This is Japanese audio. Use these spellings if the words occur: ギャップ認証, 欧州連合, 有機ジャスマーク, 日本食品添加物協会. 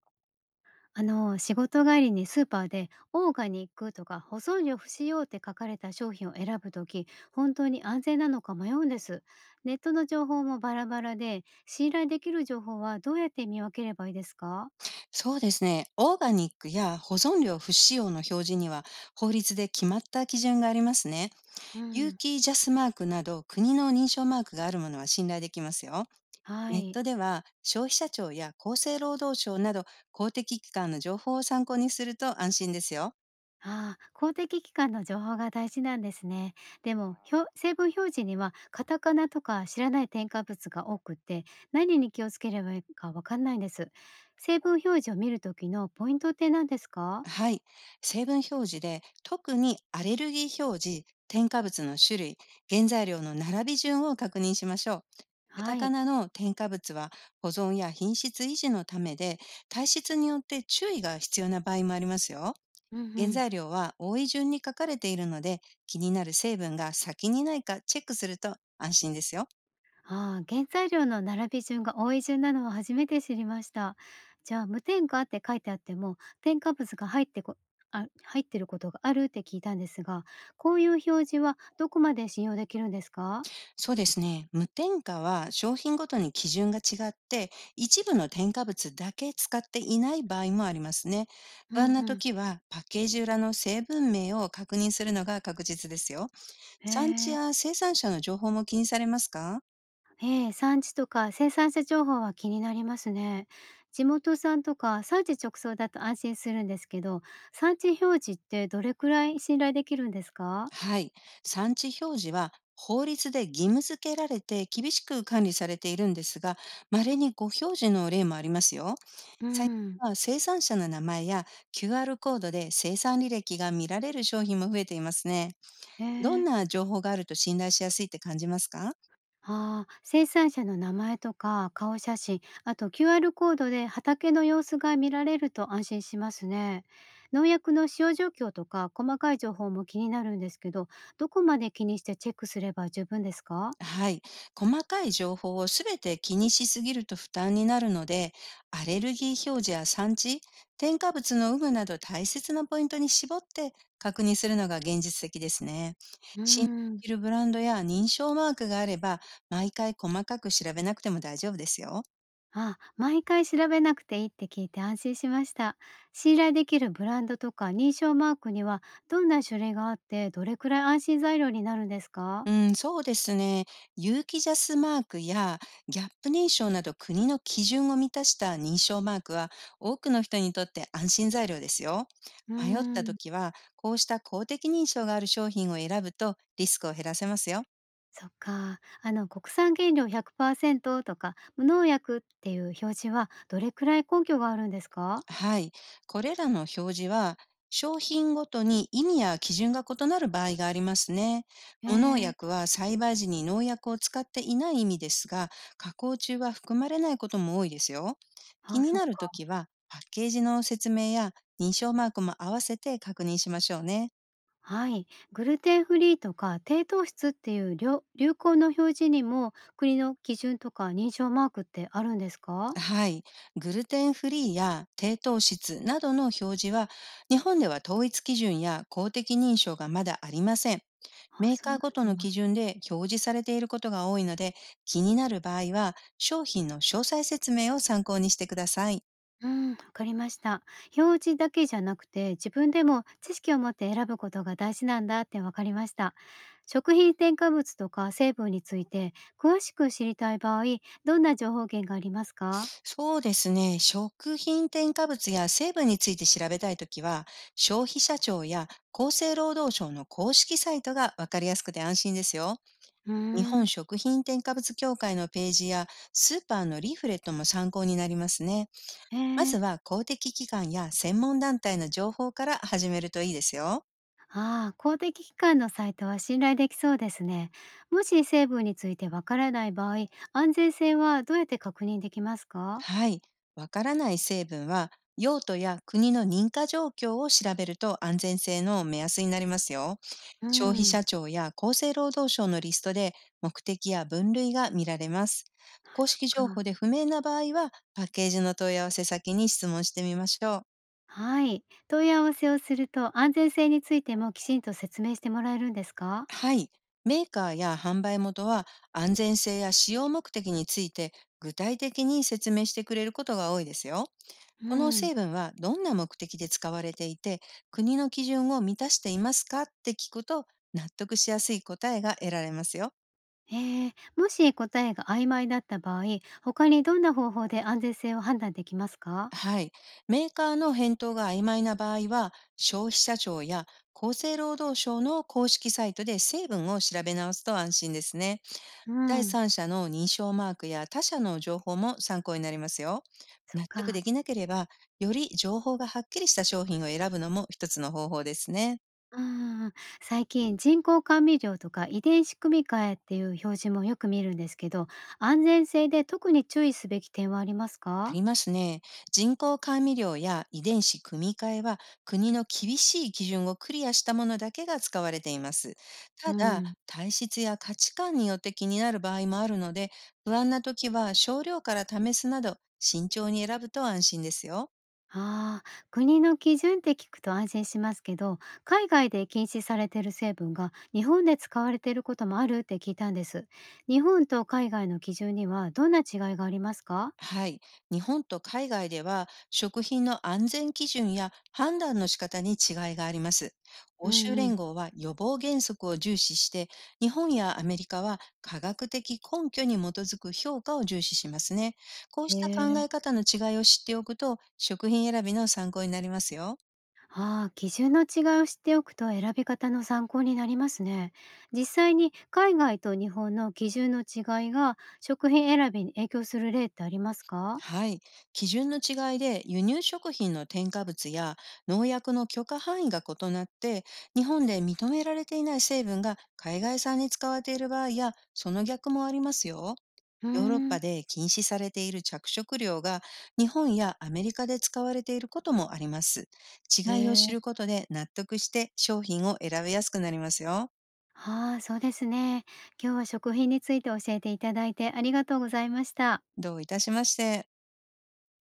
仕事帰りにスーパーでオーガニックとか保存料不使用って書かれた商品を選ぶとき、本当に安全なのか迷うんです。ネットの情報もバラバラで、信頼できる情報はどうやって見分ければいいですか？そうですね。オーガニックや保存料不使用の表示には法律で決まった基準がありますね。う有ん、機ジャスマークなど国の認証マークがあるものは信頼できますよ。はネッい。トでは消費者庁や厚生労働省など公的機関の情報を参考にすると安心ですよ。ああ、公的機関の情報が大事なんですね。でも、成分表示にはカタカナとか知らない添加物が多くって、何に気をつければいいかわかんないんです。成分表示を見るときのポイントって何ですか？はい。成分表示で特にアレルギー表示、添加物の種類、原材料の並び順を確認しましょう。カはタカい。ナの添加物は保存や品質維持のためで、体質によって注意が必要な場合もありますよ。うんう原ん。材料は多い順に書かれているので、気になる成分が先にないかチェックすると安心ですよ。ああ、原材料の並び順が多い順なのは初めて知りました。じゃあ、無添加って書いてあっても、添加物が入ってることがあるって聞いたんですが、こういう表示はどこまで信用できるんですか？そうですね。無添加は商品ごとに基準が違って、一部の添加物だけ使っていない場合もありますね。う不ん安なうん。時はパッケージ裏の成分名を確認するのが確実ですよ。へ産地え。や生産者の情報も気にされますか？ええ、産地とか生産者情報は気になりますね。地元産とか産地直送だと安心するんですけど、産地表示ってどれくらい信頼できるんですか？はい。産地表示は法律で義務付けられて厳しく管理されているんですが、稀にご表示の例もありますよ。う最ん。近は生産者の名前や QR コードで生産履歴が見られる商品も増えていますね。へどんえ。な情報があると信頼しやすいって感じますか？ああ、生産者の名前とか顔写真、あと QR コードで畑の様子が見られると安心しますね。農薬の使用状況とか細かい情報も気になるんですけど、どこまで気にしてチェックすれば十分ですか？はい。細かい情報をすべて気にしすぎると負担になるので、アレルギー表示や産地、添加物の有無など大切なポイントに絞って確認するのが現実的ですね。うー信頼ん。できるブランドや認証マークがあれば、毎回細かく調べなくても大丈夫ですよ。あ、毎回調べなくていいって聞いて安心しました。信頼できるブランドとか認証マークにはどんな種類があって、どれくらい安心材料になるんですか？うん、そうですね。有機ジャスマークやギャップ認証など国の基準を満たした認証マークは多くの人にとって安心材料ですよ。うー迷ったん。時はこうした公的認証がある商品を選ぶとリスクを減らせますよ。そっか。国産原料100%とか、無農薬っていう表示は、どれくらい根拠があるんですか？はい。これらの表示は、商品ごとに意味や基準が異なる場合がありますね。え無農ー、薬は栽培時に農薬を使っていない意味ですが、加工中は含まれないことも多いですよ。あ気あ、にそっなるとか。きは、パッケージの説明や認証マークも合わせて確認しましょうね。はい。グルテンフリーとか、低糖質っていう流行の表示にも、国の基準とか認証マークってあるんですか？はい。グルテンフリーや低糖質などの表示は、日本では統一基準や公的認証がまだありません。ああ、メーそうカなーごとんのだ。基準で表示されていることが多いので、気になる場合は商品の詳細説明を参考にしてください。うん、わかりました。表示だけじゃなくて、自分でも知識を持って選ぶことが大事なんだってわかりました。食品添加物とか成分について詳しく知りたい場合、どんな情報源がありますか？そうですね。食品添加物や成分について調べたいときは、消費者庁や厚生労働省の公式サイトがわかりやすくて安心ですよ。うー日本ん。食品添加物協会のページやスーパーのリーフレットも参考になりますね。えまえ。ずは公的機関や専門団体の情報から始めるといいですよ。ああ、公的機関のサイトは信頼できそうですね。もし成分についてわからない場合、安全性はどうやって確認できますか？はい。わからない成分は、用途や国の認可状況を調べると安全性の目安になりますよ。う消費ん。者庁や厚生労働省のリストで目的や分類が見られます。あ、公そっ式か。情報で不明な場合は、パッケージの問い合わせ先に質問してみましょう。はい。問い合わせをすると安全性についてもきちんと説明してもらえるんですか？はい。メーカーや販売元は安全性や使用目的について具体的に説明してくれることが多いですよ。うこのん。成分はどんな目的で使われていて、国の基準を満たしていますかって聞くと、納得しやすい答えが得られますよ。ええ、もし答えが曖昧だった場合、他にどんな方法で安全性を判断できますか？はい。メーカーの返答が曖昧な場合は、消費者庁や厚生労働省の公式サイトで成分を調べ直すと安心ですね。う第ん、三者の認証マークや他社の情報も参考になりますよ。そっ納得か。できなければ、より情報がはっきりした商品を選ぶのも一つの方法ですね。うん。最近、人工甘味料とか遺伝子組み換えっていう表示もよく見るんですけど、安全性で特に注意すべき点はありますあか？りますね。人工甘味料や遺伝子組み換えは国の厳しい基準をクリアしたものだけが使われています。うただ、ん。体質や価値観によって気になる場合もあるので、不安な時は少量から試すなど慎重に選ぶと安心ですよ。ああ、国の基準って聞くと安心しますけど、海外で禁止されてる成分が日本で使われていることもあるって聞いたんです。日本と海外の基準にはどんな違いがありますか？はい。日本と海外では食品の安全基準や判断の仕方に違いがあります。う欧ん州うん。連合は予防原則を重視して、日本やアメリカは科学的根拠に基づく評価を重視しますね。こうへした考え。え方の違いを知っておくと、食品選びの参考になりますよ。ああ、基準の違いを知っておくと選び方の参考になりますね。実際に海外と日本の基準の違いが食品選びに影響する例ってありますか？はい。基準の違いで輸入食品の添加物や農薬の許可範囲が異なって、日本で認められていない成分が海外産に使われている場合や、その逆もありますよ。うーヨーロッん。パで禁止されている着色料が日本やアメリカで使われていることもあります。へ違いを知え。ることで納得して商品を選びやすくなりますよ。ああ、そうですね。今日は食品について教えていただいてありがとうございました。どういたしまして。